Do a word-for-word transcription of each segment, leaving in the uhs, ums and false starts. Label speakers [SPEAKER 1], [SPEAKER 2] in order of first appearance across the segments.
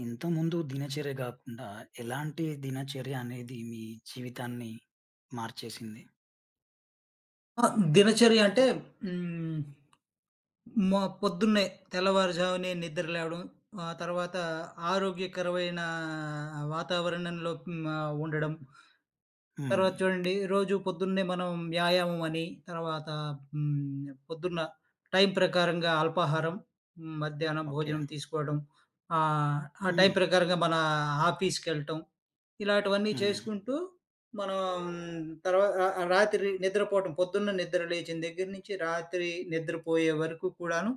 [SPEAKER 1] ఇంతకుముందు దినచర్య గాకుండా, ఎలాంటి దినచర్య అనేది మీ జీవితాన్ని మార్చేసింది?
[SPEAKER 2] ఆ! దినచర్య అంటే హ్మ్. మా పొద్దున్నే తెల్లవారుజామునే నిద్ర లేవడం. ఆ తర్వాత ఆరోగ్యకరమైన వాతావరణంలో హ్మ్. ఆహ్, ఉండడం.
[SPEAKER 1] హ్మ్.
[SPEAKER 2] తర్వాత చూడండి రోజు పొద్దున్నే మనం వ్యాయామం అని, తర్వాత హ్మ్. పొద్దున్న టైం ప్రకారంగా అల్పాహారం, మ్, మధ్యాహ్నం
[SPEAKER 1] ఓకే.
[SPEAKER 2] భోజనం తీసుకోవడం. ఆహ్, ఆ టైం
[SPEAKER 1] హ్మ్.
[SPEAKER 2] ప్రకారంగా మన ఆఫీస్‌కెళ్ళటం. ఇలాంటివన్నీ
[SPEAKER 1] హ్మ్.
[SPEAKER 2] చేసుకుంటూ మనం తర్వా ఆహ్, ఆహ్, రాత్రి నిద్రపోవటం పొద్దున్న నిద్ర లేచిన దగ్గర నుంచి రాత్రి నిద్రపోయే వరకు కూడాను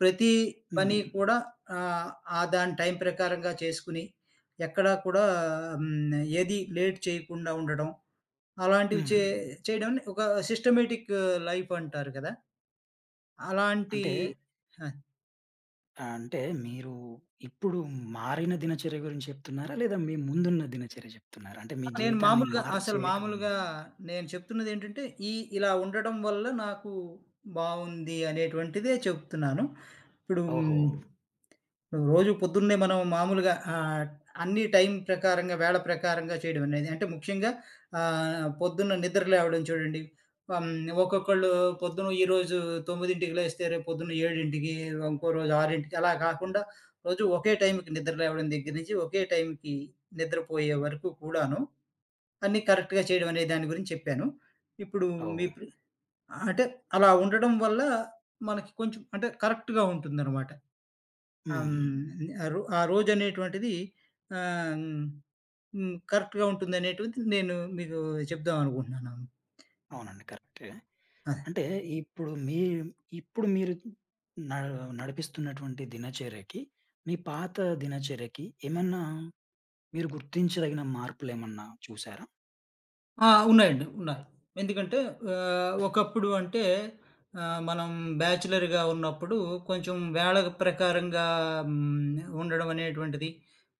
[SPEAKER 2] ప్రతి
[SPEAKER 1] హ్మ్.
[SPEAKER 2] పని హ్మ్. కూడా ఆహ్, ఆ దాని టైం ప్రకారంగా చేసుకుని, ఎక్కడా కూడా హ్మ్, ఏది లేట్ చేయకుండా ఉండడం. అలాంటివి చే
[SPEAKER 1] హ్మ్.
[SPEAKER 2] హ్మ్. చేయడం ఒక సిస్టమేటిక్ లైఫ్ అంటారు కదా! అలాంటి
[SPEAKER 1] అంటే,
[SPEAKER 2] ఇది ఆ!
[SPEAKER 1] అంటే మీరు ఇప్పుడు మారిన దినచర్య గురించి చెప్తున్నారా? లేదా మీ ముందున్న దినచర్య చెప్తున్నారా? అంటే మీ
[SPEAKER 2] నేను
[SPEAKER 1] జీవితాన్ని
[SPEAKER 2] మామూలుగా అసలు
[SPEAKER 1] మార్చేయక
[SPEAKER 2] మామూలుగా
[SPEAKER 1] ముందు.
[SPEAKER 2] నేను చెప్తున్నదేంటంటే, ఈ ఇలా ఉండడం వల్ల నాకు బావుంది అనేటువంటిదే చెప్తున్నాను. ఇప్పుడు ఓ!
[SPEAKER 1] ఓహో!
[SPEAKER 2] హ్మ్, ఓహ్! రోజు పొద్దున్నే మనం మామూలుగా ఆహ్, అన్ని టైం ప్రకారంగా, వేళ ప్రకారంగా చేయడం అనేది అంటే ముఖ్యంగా ఆహ్, పొద్దున్న నిద్ర లేవడం చూడండి. హ్మ్, ఒక్కొక్కళ్ళు పొద్దున ఈరోజు 9కి లేస్తే రేపు పొద్దున్న 7కి ఇంకో రోజు 6కి అలా కాకుండా రోజు ఒకే టైంకి నిద్ర లేవడం దగ్గర నుంచి ఒకే టైంకి నిద్రపోయే వరకు కూడాను అన్నీ కరెక్ట్‌గా చేయడం అనే దాని గురించి చెప్పాను. ఇప్పుడు మీ
[SPEAKER 1] ఓహ్!
[SPEAKER 2] ప్రి అంటే అలా ఉండడం వల్ల మనకి కొంచెం అంటే కరెక్ట్‌గా ఉంటుందనమాట. ఆహ్,
[SPEAKER 1] హ్మ్.
[SPEAKER 2] హ్మ్. ఆ రో ఆ రోజనేటువంటిది ఆహ్, హ్మ్. హ్మ్. కరెక్ట్‌గా ఉంటుందనేటువంటిది నేను మీకు చెప్దాం అనుకుంటున్నాను.
[SPEAKER 1] అవునండి. కరెక్టే.
[SPEAKER 2] అదే.
[SPEAKER 1] అంటే ఇప్పుడు మీ ఇప్పుడు మీరు న నడిపిస్తున్నటువంటి దినచర్యకి, మీ పాత దినచర్యకి ఏమన్నా మీరు గుర్తించదగిన మార్పులేమన్నా చూసారా?
[SPEAKER 2] ఆ! ఉన్నాయండి. ఉన్నాయి. ఎందుకంటే ఆహ్, ఒకప్పుడు అంటే ఆహ్, మనం బ్యాచిలర్‌గా ఉన్నప్పుడు కొంచెం వేళ ప్రకారంగా హ్మ్. ఉండడం అనేటువంటిది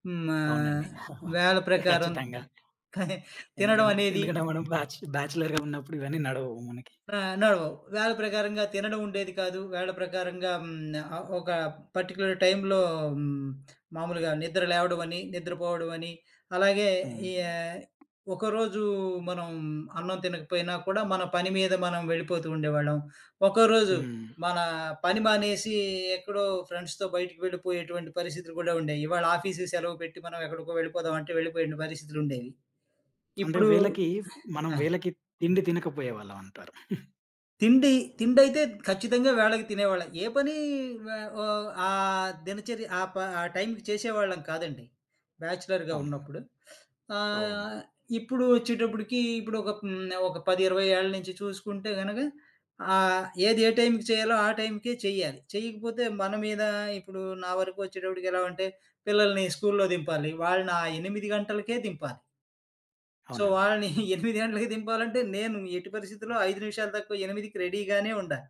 [SPEAKER 2] హ్మ్. ఆహ్,
[SPEAKER 1] అవునండి.
[SPEAKER 2] వేళ ప్రకారం
[SPEAKER 1] ఖచ్చితంగా. అవునండి.
[SPEAKER 2] తినడం
[SPEAKER 1] ఎందుకంటే
[SPEAKER 2] అనేది
[SPEAKER 1] ఎందుకంటే మనం బ్యాచ్ బ్యాచిలర్‌గా ఉన్నప్పుడు ఇవన్నీ నడవవు మనకి.
[SPEAKER 2] ఆహ్, నడవవు. వేళ ప్రకారంగా తినడం ఉండేది కాదు. వేళ ప్రకారంగా హ్మ్, ఆహ్, ఒక పర్టిక్యులర్ టైంలో హ్మ్, మామూలుగా నిద్ర లేవడం అని, నిద్రపోవడం అని, అలాగే
[SPEAKER 1] అవును.
[SPEAKER 2] ఈ ఆహ్, ఒకరోజు మనం అన్నం తినకపోయినా కూడా మన పని మీద మనం వెళ్ళిపోతూ ఉండేవాళ్ళం. ఒకరోజు
[SPEAKER 1] హ్మ్.
[SPEAKER 2] మన పని మానేసి ఎక్కడో ఫ్రెండ్స్‌తో బయటికి వెళ్ళిపోయేటువంటి పరిస్థితులు కూడా ఉండేయి. ఇవాళ ఆఫీస్‌కి సెలవు పెట్టి మనం ఎక్కడికో వెళ్ళిపోదాం అంటే వెళ్ళిపోయే పరిస్థితులుండేవి.
[SPEAKER 1] అంటే
[SPEAKER 2] ఇప్పుడు
[SPEAKER 1] వేళకి మనం
[SPEAKER 2] ఆ!
[SPEAKER 1] వేళకి తిండి తినకపోయేవాళ్ళం అంటారు.
[SPEAKER 2] తిండి తిండైతే ఖచ్చితంగా వేళకి తినేవాళ్ళం. ఏ పని వ ఓహ్, ఆహ్, దినచర్య ఆ ప ఆ టైంకి చేసేవాళ్ళం కాదండి. బ్యాచిలర్‌గా
[SPEAKER 1] అవును.
[SPEAKER 2] ఉన్నప్పుడు.
[SPEAKER 1] ఓహ్!
[SPEAKER 2] ఆహ్, ఇప్పుడు వచ్చేటప్పటికి ఇప్పుడు ఒక హ్మ్, ఒక పది, ఇరవై ఏళ్ల నుంచి చూసుకుంటే గనక ఆహ్, ఏది ఏ టైంకి చేయాలో ఆ టైంకే చేయాలి. చేయకపోతే మన మీద ఇప్పుడు నా వరకు వచ్చేటప్పటికి ఎలా అంటే పిల్లల్ని స్కూల్లో దింపాలి. వాళ్ళని ఆ ఎనిమిది గంటలకే దింపాలి. సో,
[SPEAKER 1] అవునండి.
[SPEAKER 2] వాళ్ళని ఎనిమిది గంటలకి దింపాలంటే నేను ఎట్టి పరిస్థితిలో ఐదు నిమిషాలు తక్కువ 8కి రెడీగానే ఉండాలి.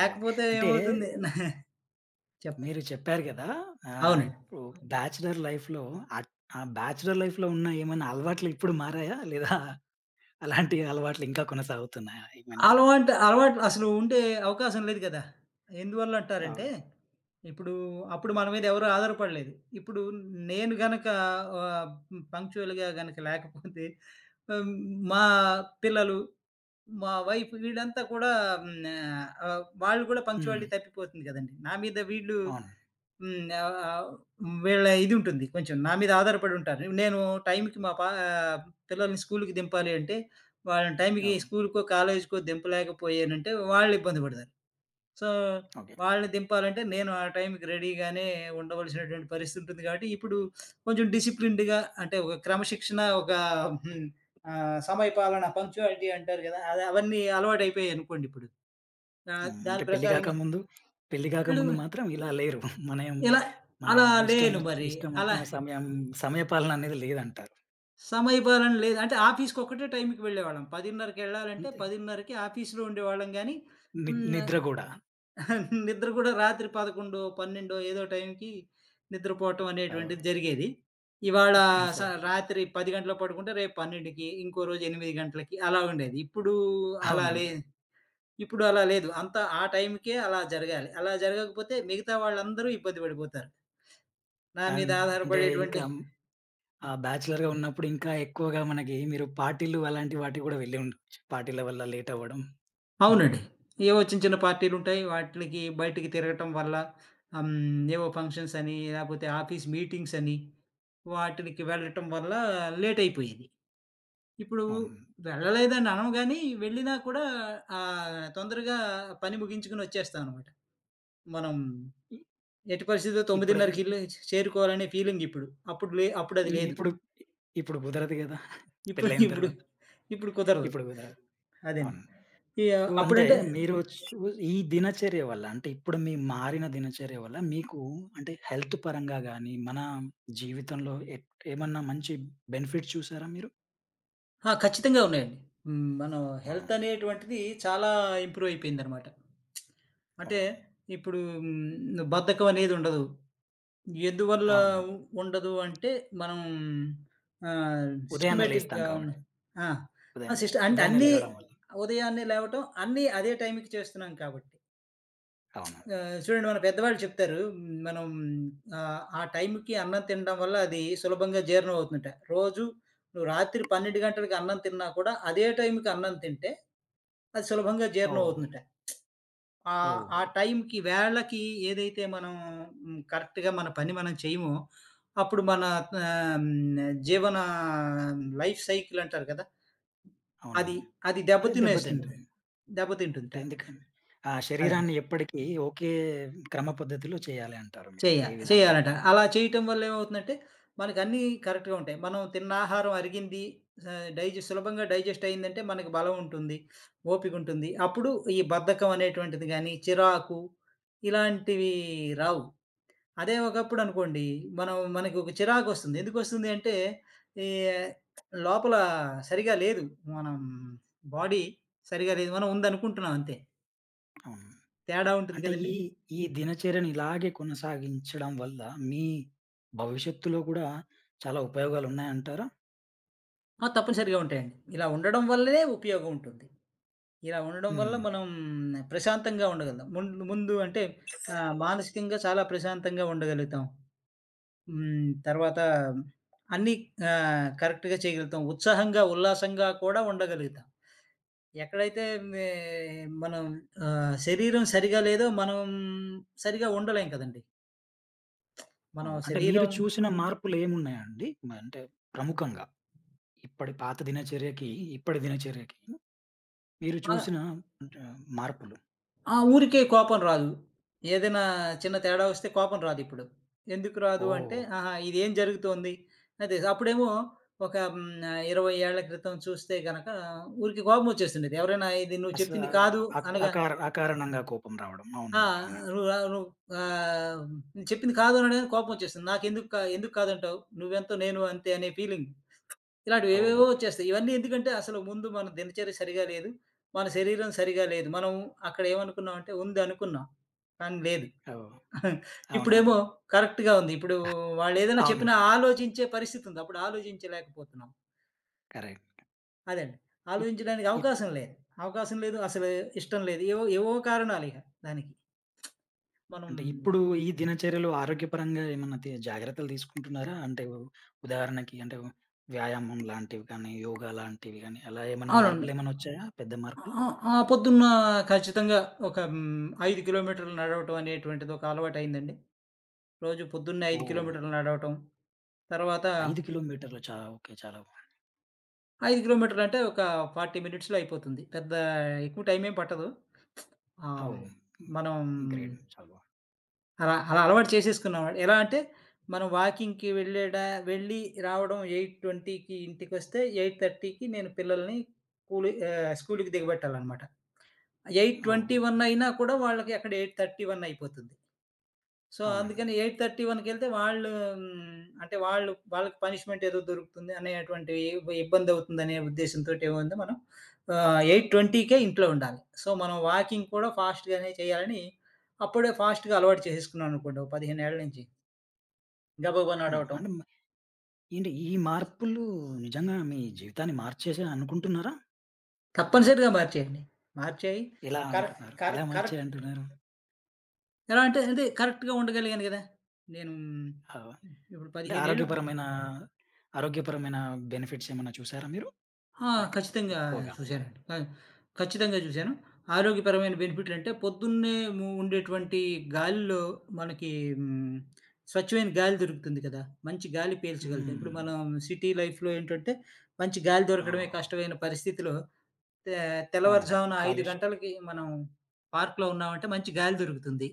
[SPEAKER 1] అవు అంటే
[SPEAKER 2] ఏమవుతుంది? చెప్పండి.
[SPEAKER 1] మీరు చెప్పారు గదా! ఆహ్,
[SPEAKER 2] అవునండి.
[SPEAKER 1] ఇప్పుడు అవును. బ్యాచిలర్ లైఫ్‌లో అట్ ఆ బ్యాచిలర్ లైఫ్‌లో ఉన్న ఏమైనా అలవాట్లు ఇప్పుడు మారాయా? లేదా అలాంటి అలవాట్లు ఇంకా కొనసాగుతున్నాయా ఏమైనా?
[SPEAKER 2] అలవాంటే అలవాట్లు అసలు ఉండే అవకాశం లేదు కదా! ఎందువల్లంటారంటే,
[SPEAKER 1] ఓహ్!
[SPEAKER 2] ఇప్పుడు అప్పుడు మన మీద ఎవరు ఆధారపడలేదు. ఇప్పుడు నేను గనక ఆహ్, హ్మ్, పంక్చువల్‌గా గనక లేకపోతే హ్మ్, మా పిల్లలు, మా వైఫ్ వీళ్ళంతా కూడా హ్మ్, ఆహ్, వాళ్ళు కూడా
[SPEAKER 1] హ్మ్.
[SPEAKER 2] పంక్చువాలిటీ తప్పిపోతుంది కదండీ! నా మీద వీళ్ళు
[SPEAKER 1] అవును.
[SPEAKER 2] హ్మ్. ఆహ్, వీళ్ళ ఇది ఉంటుంది కొంచెం నా మీద ఆధారపడి ఉంటారు. నేను టైంకి మా పా ఆహ్, పిల్లల్ని స్కూలుకి దింపాలి అంటే, వాళ్ళని టైంకి
[SPEAKER 1] అవును. ఓహ్!
[SPEAKER 2] స్కూలుకో, కాలేజీకో దింపలేకపోయానంటే వాళ్ళు ఇబ్బంది పడతారు. So,
[SPEAKER 1] okay.
[SPEAKER 2] వాళ్ళని దింపాలంటే నేను ఆ టైంకి రెడీగానే ఉండవలసినటువంటి పరిస్థితి ఉంటుంది కాబట్టి, ఇప్పుడు కొంచెం డిసిప్లిన్డ్‌గా అంటే ఒక క్రమశిక్షణ ఒక హ్మ్. ఆహ్, సమయపాలన పంక్చువాలిటీ అంటారు గదా! అది అవన్నీ అలవాటయిపోయాయనుకోండి ఇప్పుడు. ఆహ్,
[SPEAKER 1] హ్మ్.
[SPEAKER 2] దాని
[SPEAKER 1] అంటే పెళ్లి
[SPEAKER 2] ప్రకారంగా
[SPEAKER 1] గాకముందు, పెళ్లి
[SPEAKER 2] వీళ్ళు
[SPEAKER 1] గాకముందు మాత్రం ఇలా లేరు. మనం
[SPEAKER 2] ఇలా
[SPEAKER 1] మన
[SPEAKER 2] అలా
[SPEAKER 1] ఇష్టం
[SPEAKER 2] లేను
[SPEAKER 1] ఒచ్
[SPEAKER 2] మరి.
[SPEAKER 1] ఇష్టం
[SPEAKER 2] అలా
[SPEAKER 1] ఒచ్చిన సమయం సమయపాలన అనేది లేదంటారు.
[SPEAKER 2] సమయపాలన లేదు. అంటే ఆఫీస్‌కి ఒక్కటే టైంకి వెళ్ళేవాళ్ళం. 10:30కి ఎళ్ళాలంటే
[SPEAKER 1] అంతే.
[SPEAKER 2] 10:30కి ఆఫీస్‌లో ఉండేవాళ్ళం గానీ,
[SPEAKER 1] ని
[SPEAKER 2] హ్మ్.
[SPEAKER 1] నిద్ర
[SPEAKER 2] హ్మ్.
[SPEAKER 1] గూడా.
[SPEAKER 2] నిద్ర కూడా రాత్రి పదకొండు, పన్నెండు ఏదో టైంకి నిద్రపోవటం
[SPEAKER 1] ఆహ్,
[SPEAKER 2] అనేటువంటిది జరిగేది. ఇవాళ స
[SPEAKER 1] స
[SPEAKER 2] రాత్రి పది గంటలకు పడుకుంటే రేపు 12:00కి, ఇంకో రోజు ఎనిమిది గంటలకి అలా ఉండేది. ఇప్పుడు అలా లే
[SPEAKER 1] అవునండి.
[SPEAKER 2] ఇప్పుడు అలా లేదు. అంతా ఆ టైంకే అలా జరగాలి. అలా జరగకపోతే మిగతా వాళ్ళందరూ ఇబ్బంది పడిపోతారు. నా మీద
[SPEAKER 1] అండ్ అంటే ఇంకా
[SPEAKER 2] ఆధారపడేటువంటి
[SPEAKER 1] ఆ బ్యాచిలర్‌గా ఉన్నప్పుడు ఇంకా ఎక్కువగా మనకి మీరు పార్టీలు అలాంటి వాటికి గూడా వెళ్ళి ఉండొచ్చు. పార్టీల వల్ల లేట్ అవ్వడం.
[SPEAKER 2] అవునండి. ఏవో చిన్న చిన్న పార్టీలుంటాయి. వాటిలకి బయటికి తిరగటం వల్ల ఆహ్, హ్మ్. ఏవో ఫంక్షన్స్ అని, లేకపోతే ఆఫీస్ మీటింగ్స్ అని, వాటిలకి వెళ్ళటం వల్ల లేటయిపోయేది. ఇప్పుడు
[SPEAKER 1] అవును.
[SPEAKER 2] వెళ్ళలేదని అనం గాని, వెళ్ళినా కూడా ఆహ్, తొందరగా పని ముగించుకొని వచ్చేస్తాం అనమాట. మనం
[SPEAKER 1] ఇ
[SPEAKER 2] ఎట్టి పరిస్థితిలో
[SPEAKER 1] ఇప్పుడే
[SPEAKER 2] 9:30కి ఇల్లు చేరుకోవాలనే ఫీలింగ్ ఇప్పుడు. అప్పుడు లే అప్పుడది లేదు.
[SPEAKER 1] ఇప్పుడు ఇప్పుడు కుదరదు గదా!
[SPEAKER 2] ఇప్పుడు
[SPEAKER 1] పెళ్లయిన
[SPEAKER 2] ఇప్పుడు
[SPEAKER 1] తర్వాత.
[SPEAKER 2] ఇప్పుడు కుదరదు.
[SPEAKER 1] ఇప్పుడు కుదరదు.
[SPEAKER 2] అదండి.
[SPEAKER 1] అవును.
[SPEAKER 2] ఇగ
[SPEAKER 1] సో, అంటే
[SPEAKER 2] అప్పుడంటే
[SPEAKER 1] మీరు చూ ఈ దినచర్య వల్ల అంటే ఇప్పుడు మీ మారిన దినచర్య వల్ల మీకు అంటే హెల్త్ పరంగా గానీ, మన జీవితంలో ఎట్ ఏమన్నా మంచి బెనిఫిట్ చూసారా మీరు?
[SPEAKER 2] ఆ! ఖచ్చితంగా ఉన్నాయండి. హ్మ్. మనం హెల్త్
[SPEAKER 1] అవును.
[SPEAKER 2] అనేటువంటిది చాలా ఇంప్రూవ్ అయిపోయిందనమాట. అంటే
[SPEAKER 1] అవును.
[SPEAKER 2] ఇప్పుడు హ్మ్, బద్ధకం అనేది ఉండదు. ఎందువల్ల
[SPEAKER 1] అవును.
[SPEAKER 2] ఉండదు అంటే మనం ఆహ్,
[SPEAKER 1] ఉదయాన్నే లేస్తాం
[SPEAKER 2] సిస్టమాటిక్‌గా ఉన్న
[SPEAKER 1] కాబట్టి.
[SPEAKER 2] ఆ! ఆ!
[SPEAKER 1] ఉదయాన్నే
[SPEAKER 2] సిస్ట
[SPEAKER 1] లే
[SPEAKER 2] అన్
[SPEAKER 1] ఉదయాన్నే
[SPEAKER 2] అన్నీ
[SPEAKER 1] లేవడం వల్ల.
[SPEAKER 2] ఉదయాన్నే లేవటం, అన్నీ అదే టైంకి చేస్తున్నాం కాబట్టి.
[SPEAKER 1] అవును.
[SPEAKER 2] ఆహ్, చూడండి మన పెద్దవాళ్ళు చెప్తారు. హ్మ్. మనం ఆహ్, ఆ టైంకి అన్నం తినడం వల్ల అది సులభంగా జీర్ణం అవుతుందట. రోజు నువ్వు రాత్రి పన్నెండు గంటలకి అన్నం తిన్నా కూడా అదే టైంకి అన్నం తింటే అది సులభంగా జీర్ణం
[SPEAKER 1] ఓహ్!
[SPEAKER 2] అవుతుందట. ఆహ్,
[SPEAKER 1] ఓహ్!
[SPEAKER 2] ఆ టైంకి వేళకి ఏదైతే మనం హ్మ్. కరెక్ట్‌గా మన పని మనం చేయమో అప్పుడు మన ఆహ్, జీవన లైఫ్ సైకిల్ అంటారు కదా! అది
[SPEAKER 1] అవునండి.
[SPEAKER 2] అది
[SPEAKER 1] అది
[SPEAKER 2] దెబ్బతినేస్తుంది.
[SPEAKER 1] దెబ్బతింటుంది.
[SPEAKER 2] దెబ్బతింటుందట.
[SPEAKER 1] అంటే ఎందుకండి ఆ
[SPEAKER 2] అదే.
[SPEAKER 1] శరీరాన్ని ఎప్పటికీ ఒకే క్రమ పద్ధతిలో చేయాలి అంటారు మీరు
[SPEAKER 2] చెయ్య
[SPEAKER 1] ఏ విధాన్ని.
[SPEAKER 2] చేయాలట. అలా చేయటం వల్ల ఏమవుతుందంటే, మనకన్నీ కరెక్ట్‌గా ఉంటాయి. మనం తిన్న ఆహారం అరిగింది, ఆహ్, డైజెస్ట్ సులభంగా డైజెస్ట్ అయిందంటే మనకు బలం ఉంటుంది, ఓపికుంటుంది. అప్పుడు ఈ బద్ధకం అనేటువంటిది గానీ, చిరాకు ఇలాంటివి రావు. అదే ఒకప్పుడనుకోండి, మనం మనకి ఒక చిరాకొస్తుంది. ఎందుకొస్తుంది అంటే, ఈ లోపల సరిగా లేదు. మనం బాడీ సరిగా లేదు. మనం ఉందనుకుంటున్నాం అంతే.
[SPEAKER 1] అవును.
[SPEAKER 2] తేడా ఉంటుంది
[SPEAKER 1] అంటే ఈ,
[SPEAKER 2] కదండీ!
[SPEAKER 1] ఈ దినచర్యను ఇలాగే కొనసాగించడం వల్ల మీ భవిష్యత్తులో కూడా చాలా ఉపయోగాలున్నాయంటారా?
[SPEAKER 2] ఆ! తప్పనిసరిగా ఉంటాయండి. ఇలా ఉండడం వల్లే ఉపయోగం ఉంటుంది. ఇలా ఉండడం వల్ల
[SPEAKER 1] హ్మ్.
[SPEAKER 2] మనం ప్రశాంతంగా ఉండగలుగుతాం. ముందు ముందు అంటే ఆహ్, మానసికంగా చాలా ప్రశాంతంగా ఉండగలుగుతాం. హ్మ్. తర్వాత అన్నీ ఆహ్, కరెక్ట్‌గా చేయగలుగుతాం. ఉత్సాహంగా, ఉల్లాసంగా కూడా ఉండగలుగుతాం. ఎక్కడైతే మే మనం ఆహ్, శరీరం సరిగా లేదో మనం సరిగా ఉండలేం కదండీ! మనం
[SPEAKER 1] అవు అంటే మీరు
[SPEAKER 2] శరీరం
[SPEAKER 1] చూసిన మార్పులేమున్నాయండి? అంటే ప్రముఖంగా ఇప్పటి పాత దినచర్యకి, ఇప్పటి దినచర్యకి మీరు
[SPEAKER 2] ఆ!
[SPEAKER 1] చూసిన అంటే మార్పులు?
[SPEAKER 2] ఆ! ఊరికే కోపం రాదు. ఏదైనా చిన్న తేడా వస్తే కోపం రాదిప్పుడు. ఎందుకు రాదు అంటే,
[SPEAKER 1] ఓహ్!
[SPEAKER 2] ఆహా! ఇదేం జరుగుతోంది? అదే అప్పుడేమో ఒక హ్మ్, ఆహ్, ఇరవై ఏళ్ల క్రితం చూస్తే గనక ఊరికే కోపం వచ్చేస్తుండేది. ఎవరైనా ఇది నువ్వు
[SPEAKER 1] అసలా
[SPEAKER 2] చెప్పింది కాదు
[SPEAKER 1] అక్
[SPEAKER 2] అనగా
[SPEAKER 1] అకార అకారణంగా కోపం రావడం.
[SPEAKER 2] ఆ!
[SPEAKER 1] అవునండి. అవునండి.
[SPEAKER 2] నువ్వు ఆహ్, నువ్వు ఆహ్, నేను చెప్పింది కాదు అనగానే కోపం వచ్చేస్తుంది. నాకెందుకు కా ఎందుకు కాదంటావు? నువ్వెంతో నేను అంతే అనే ఫీలింగ్. ఇలాంటివి ఏవేవో
[SPEAKER 1] ఓహ్!
[SPEAKER 2] వచ్చేస్తాయి. ఇవన్నీ ఎందుకంటే అసలు ముందు మన దినచర్య సరిగా లేదు. మన శరీరం సరిగా లేదు. మనం అక్కడ ఏమనుకున్నామంటే ఉంది అనుకున్నాం. కానీ లేదు.
[SPEAKER 1] ఓహ్! అవును.
[SPEAKER 2] ఇప్పుడేమో కరెక్ట్‌గా ఉంది. ఇప్పుడు వాళ్ళేదైనా
[SPEAKER 1] అవును.
[SPEAKER 2] చెప్పినా ఆలోచించే పరిస్థితి ఉంది. అప్పుడు ఆలోచించలేకపోతున్నాం.
[SPEAKER 1] కరెక్ట్.
[SPEAKER 2] అదండి.
[SPEAKER 1] ఇప్
[SPEAKER 2] ఆలోచించడానికి
[SPEAKER 1] ఇప్
[SPEAKER 2] అవకాశం లేదు. అవకాశం లేదు. అసలు ఇష్టం లేదు. ఏవో ఏవో కారణాలిక దానికి. మనం
[SPEAKER 1] అంటే ఇప్పుడు ఈ దినచర్యలో ఆరోగ్యపరంగా ఏమన్నా తీ జాగ్రత్తలు తీసుకుంటున్నారా? అంటే ఉ ఉదాహరణకి అంటే వ్యాయామం లాంటివి కానీ, యోగా లాంటివి గానీ, అలా ఏమన్నా
[SPEAKER 2] అవునండి.
[SPEAKER 1] మార్పులేమన్నా వచ్చాయా? పెద్ద మార్పులు?
[SPEAKER 2] ఆ! ఆ పొద్దున్న ఖచ్చితంగా ఒక హ్మ్, ఐదు కిలోమీటర్లు నడవటం అనేటువంటిది ఒక అలవాటయిందండి. రోజు పొద్దున్నే ఐదు
[SPEAKER 1] ఓహ్!
[SPEAKER 2] కిలోమీటర్లు నడవటం. తర్వాత హ్మ్.
[SPEAKER 1] ఐదు కిలోమీటర్లు చా ఓకే. చాలా బా
[SPEAKER 2] ఐదు కిలోమీటర్లు అంటే ఒక నలభై మినిట్స్‌లో అయిపోతుంది. పెద్ద ఎక్కువ టైం ఏం పట్టదు. ఆహ్, హ్మ్.
[SPEAKER 1] ఓహ్!
[SPEAKER 2] మనం
[SPEAKER 1] గ్రేట్. చాలా బా
[SPEAKER 2] అలా అలా అలవాటు చేసేసుకున్నాం. ఎలా అంటే మనం వాకింగ్‌కి వెళ్ళేడ వెళ్ళి రావడం 8:20కి ఇంటికొస్తే 8:30కి నేను పిల్లల్ని కూలి ఆహ్, స్కూలుకి దిగబెట్టాలనమాట. Eight
[SPEAKER 1] oh!
[SPEAKER 2] Twenty hmm. One అయినా కూడా వాళ్ళకి అక్కడ ఎనిమిది ముప్పై ఒకటి అయిపోతుంది. సో,
[SPEAKER 1] అవునండి.
[SPEAKER 2] అందుకని ఎనిమిది ముప్పై ఒకటి కెళ్తే వాళ్ళు హ్మ్, అంటే వాళ్ళు వాళ్ళకి పనిష్మెంట్ ఏదో దొరుకుతుంది అనేటువంటి ఇబ్ ఇబ్బందవుతుందనే ఉద్దేశంతోటి ఏముంది మనం ఆహ్, 8:20కే ఇంట్లో ఉండాలి. సో, మనం వాకింగ్ కూడా ఫాస్ట్‌గానే చేయాలని అప్పుడే ఫాస్ట్‌గా అలవాటు చేసేసుకున్నాననుకోండి. ఓ పదిహేను ఏళ్ల నుంచి. గబగబా
[SPEAKER 1] హ్మ్.
[SPEAKER 2] నడవటం.
[SPEAKER 1] అంటే మ ఏంటి ఈ మార్పులు నిజంగా మీ జీవితాన్ని మార్చేసాయి అనుకుంటున్నారా? తప్పకుండా.
[SPEAKER 2] తప్పనిసరిగా మార్చేయండి. మార్చేయి
[SPEAKER 1] ఎలా
[SPEAKER 2] కర
[SPEAKER 1] అంటున్నారు?
[SPEAKER 2] కర
[SPEAKER 1] ఎలా మార్చాయి
[SPEAKER 2] కరెక్ట్
[SPEAKER 1] అంటున్నారు?
[SPEAKER 2] ఎలా అంటే, అంటే కరెక్ట్‌గా ఉండగలిగాను గదా! నేను
[SPEAKER 1] ఆ!
[SPEAKER 2] ఇప్పుడు
[SPEAKER 1] అంటే
[SPEAKER 2] పదిహేను ఏళ్లు
[SPEAKER 1] ఆరోగ్యపరమైన ఆరోగ్యపరమైన బెనిఫిట్స్ ఏమన్నా చూసారా మీరు?
[SPEAKER 2] ఆ!
[SPEAKER 1] లైఫ్
[SPEAKER 2] ఖచ్చితంగా
[SPEAKER 1] ఎక్కువగా.
[SPEAKER 2] చూశానండి. ఆ! ఖచ్చితంగా చూశాను. ఆరోగ్యపరమైన బెనిఫిట్‌లంటే పొద్దున్నే ము ఉండేటువంటి గాలిలో మనకి హ్మ్, స్వచ్ఛమైన గాలి దొరుకుతుంది కదా! మంచి గాలి పీల్చగలుగుతాం. ఇప్పుడు
[SPEAKER 1] హ్మ్.
[SPEAKER 2] మనం సిటీ లైఫ్‌లో ఏంటంటే మంచి గాలి
[SPEAKER 1] ఆ!
[SPEAKER 2] దొరకడమే కష్టమైన పరిస్థితిలో తే
[SPEAKER 1] అవునండి.
[SPEAKER 2] తెల్లవారుజామున ఐదు
[SPEAKER 1] కాలుష్
[SPEAKER 2] గంటలకి మనం పార్క్‌లో ఉన్నామంటే మంచి గాలి దొరుకుతుంది.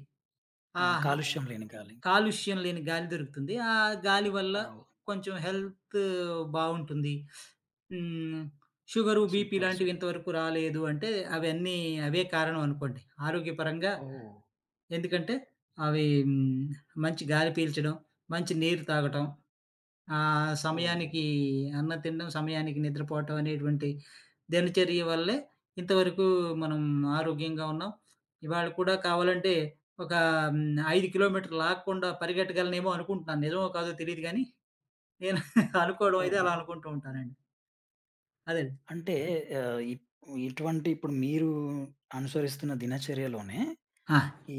[SPEAKER 1] ఆ!
[SPEAKER 2] ఆహా!
[SPEAKER 1] కాలుష్యం లేని గాలి.
[SPEAKER 2] కాలుష్యం లేని గాలి దొరుకుతుంది. ఆ గాలి వల్ల
[SPEAKER 1] ఆ!
[SPEAKER 2] కొంచెం హెల్త్ బావుంటుంది. హ్మ్. Sugar, BP
[SPEAKER 1] super.
[SPEAKER 2] ఇలాంటివి
[SPEAKER 1] సూప్
[SPEAKER 2] ఇంతవరకు రాలేదు అంటే అవన్నీ అవే కారణం అనుకోండి. ఆరోగ్యపరంగా
[SPEAKER 1] ఓహ్!
[SPEAKER 2] ఎందుకంటే అవి హ్మ్, మంచి గాలి పీల్చడం, మంచి నీరు తాగటం, ఆహ్,
[SPEAKER 1] ఓహ్!
[SPEAKER 2] సమయానికి అన్నం తినడం, సమయానికి నిద్రపోవటం అనేటువంటి దినచర్య వల్లే ఇంతవరకు మనం ఆరోగ్యంగా ఉన్నాం. ఇవాళ కూడా కావాలంటే ఒక హ్మ్, ఐదు కిలోమీటర్లు ఆగకుండా పరిగెట్టగలనేమో అనుకుంటున్నాను. నిజమో కాదో తెలీదు గానీ నేను అనుకోవడం అయితే
[SPEAKER 1] ఓహ్!
[SPEAKER 2] అలా అనుకుంటూ ఉంటానండి. అదే.
[SPEAKER 1] అంటే ఆహ్, ఇ ఇటువంటి ఇప్పుడు మీరు అనుసరిస్తున్న దినచర్యలోనే
[SPEAKER 2] ఆ!
[SPEAKER 1] ఈ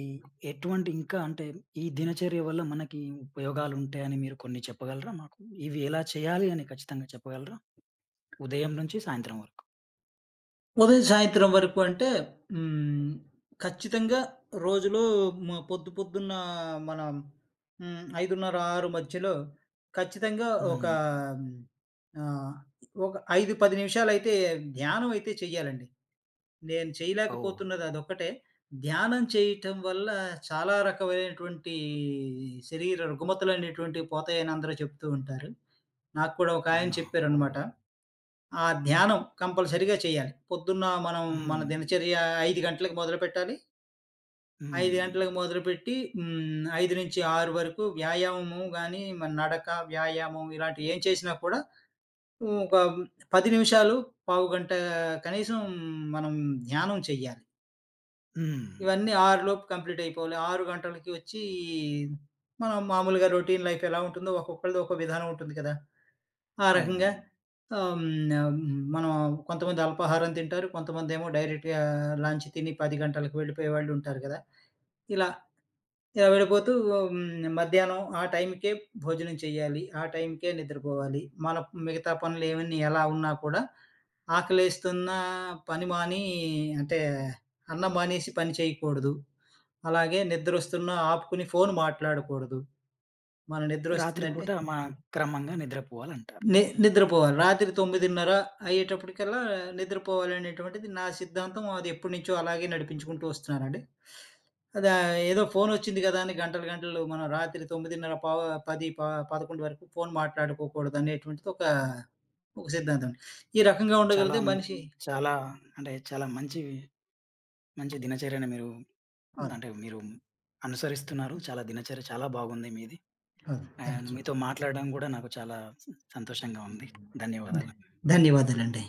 [SPEAKER 1] ఎటువంటి ఇంకా అంటే ఈ దినచర్య వల్ల మనకి ఉపయోగాలుంటాయని మీరు కొన్ని చెప్పగలరా మాకు? ఇవి ఎలా చేయాలి అని ఖచ్చితంగా చెప్పగలరా? ఉదయం నుంచి సాయంత్రం వరకు.
[SPEAKER 2] ఉదయం, సాయంత్రం వరకు అంటే హ్మ్. ఖచ్చితంగా రోజులో మ పొద్దు పొద్దున్న మనం హ్మ్. ఐదు ముప్పై, ఆరు మధ్యలో ఖచ్చితంగా ఒక
[SPEAKER 1] హ్మ్.
[SPEAKER 2] ఆహ్, ఒక ఐదు, పది నిమిషాలైతే ధ్యానం అయితే చెయ్యాలండి. నేను
[SPEAKER 1] ఓహ్!
[SPEAKER 2] చేయలేకపోతున్నది అదొక్కటే. ధ్యానం చేయటం వల్ల చాలా రకమైనటువంటి శరీర రుగ్మతలనేటువంటివి పోతాయని అందరూ చెప్తూ ఉంటారు. నాకు కూడా ఒకాయన
[SPEAKER 1] అవునా! ఓహ్!
[SPEAKER 2] చెప్పారనమాట. ఆ ధ్యానం కంపల్సరీగా చేయాలి. పొద్దున్న మనం మన
[SPEAKER 1] హ్మ్.
[SPEAKER 2] దినచర్య ఐదు గంటలకు మొదలుపెట్టాలి. ఐదు
[SPEAKER 1] హ్మ్.
[SPEAKER 2] గంటలకు మొదలుపెట్టి హ్మ్, ఐదు నుంచి ఆరు వరకు వ్యాయామము గాని, మన నడక, వ్యాయామం ఇలాంటివి ఏం చేసినా కూడా ఒక పది నిమిషాలు, పావుగంట కనీసం మనం ధ్యానం చెయ్యాలి.
[SPEAKER 1] హ్మ్.
[SPEAKER 2] ఇవన్నీ ఆరు లోపు కంప్లీట్ అయిపోవాలి. ఆరు గంటలకి వచ్చి మనం మామూలుగా రొటీన్ లైఫ్ ఎలా ఉంటుందో ఒక్కొక్కళ్ళది ఒక్కో విధానం ఉంటుంది కదా! ఆ
[SPEAKER 1] అవునండి.
[SPEAKER 2] రకంగా ఆహ్, హ్మ్, మనం కొంతమంది అల్పాహారం తింటారు. కొంతమందేమో డైరెక్ట్‌గా లంచ్ తిని పది గంటలకు వెళ్ళిపోయే వాళ్ళు ఉంటారు కదా! ఇలా ఇలా వెళ్ళిపోతూ హ్మ్, మధ్యాహ్నం ఆ టైంకే భోజనం చేయాలి. ఆ టైంకే నిద్రపోవాలి. మన మిగతా పనులు ఏవన్నీ ఎలా ఉన్నా కూడా ఆకలేస్తున్నా పని మాని అంటే అన్నం మానేసి పని చేయకూడదు. అలాగే నిద్రొస్తున్నా ఆపుకుని ఫోన్ మాట్లాడకూడదు. మన
[SPEAKER 1] రాత్రి
[SPEAKER 2] నిద్రొస్తుందంటే
[SPEAKER 1] పూట మా క్రమంగా నిద్రపోవాలంటారు.
[SPEAKER 2] ని నిద్రపోవాలి. రాత్రి తొమ్మిది ముప్పై అయ్యేటప్పటికల్లా నిద్రపోవాలనేటువంటిది నా సిద్ధాంతం. అది ఎప్పటినుంచో అలాగే నడిపించుకుంటూ వస్తున్నానండి. అది ఆహ్, ఏదో ఫోనొచ్చింది కదా అని గంటలు గంటలు మనం రాత్రి తొమ్మిది ముప్పై పావ పది ప పదకొండు వరకు ఫోన్ మాట్లాడుకోకూడదనేటువంటిది ఒక, ఒక సిద్ధాంతం. ఈ రకంగా
[SPEAKER 1] చాలా,
[SPEAKER 2] ఉండగలిగితే
[SPEAKER 1] ఓహ్!
[SPEAKER 2] మనిషి
[SPEAKER 1] చాలా అంటే చాలా మంచి, మంచి దినచర్యను మీరు అంటే
[SPEAKER 2] అవును.
[SPEAKER 1] మీరు అనుసరిస్తున్నారు. చాలా దినచర్య చాలా బాగుంది మీది.
[SPEAKER 2] అవును.
[SPEAKER 1] And
[SPEAKER 2] thank you.
[SPEAKER 1] మీతో మాట్లాడడం గూడా నాకు చాలా సంతోషంగా ఉంది.
[SPEAKER 2] ధ
[SPEAKER 1] ధన్యవాదాలు.
[SPEAKER 2] ధన్యవాదాలండి.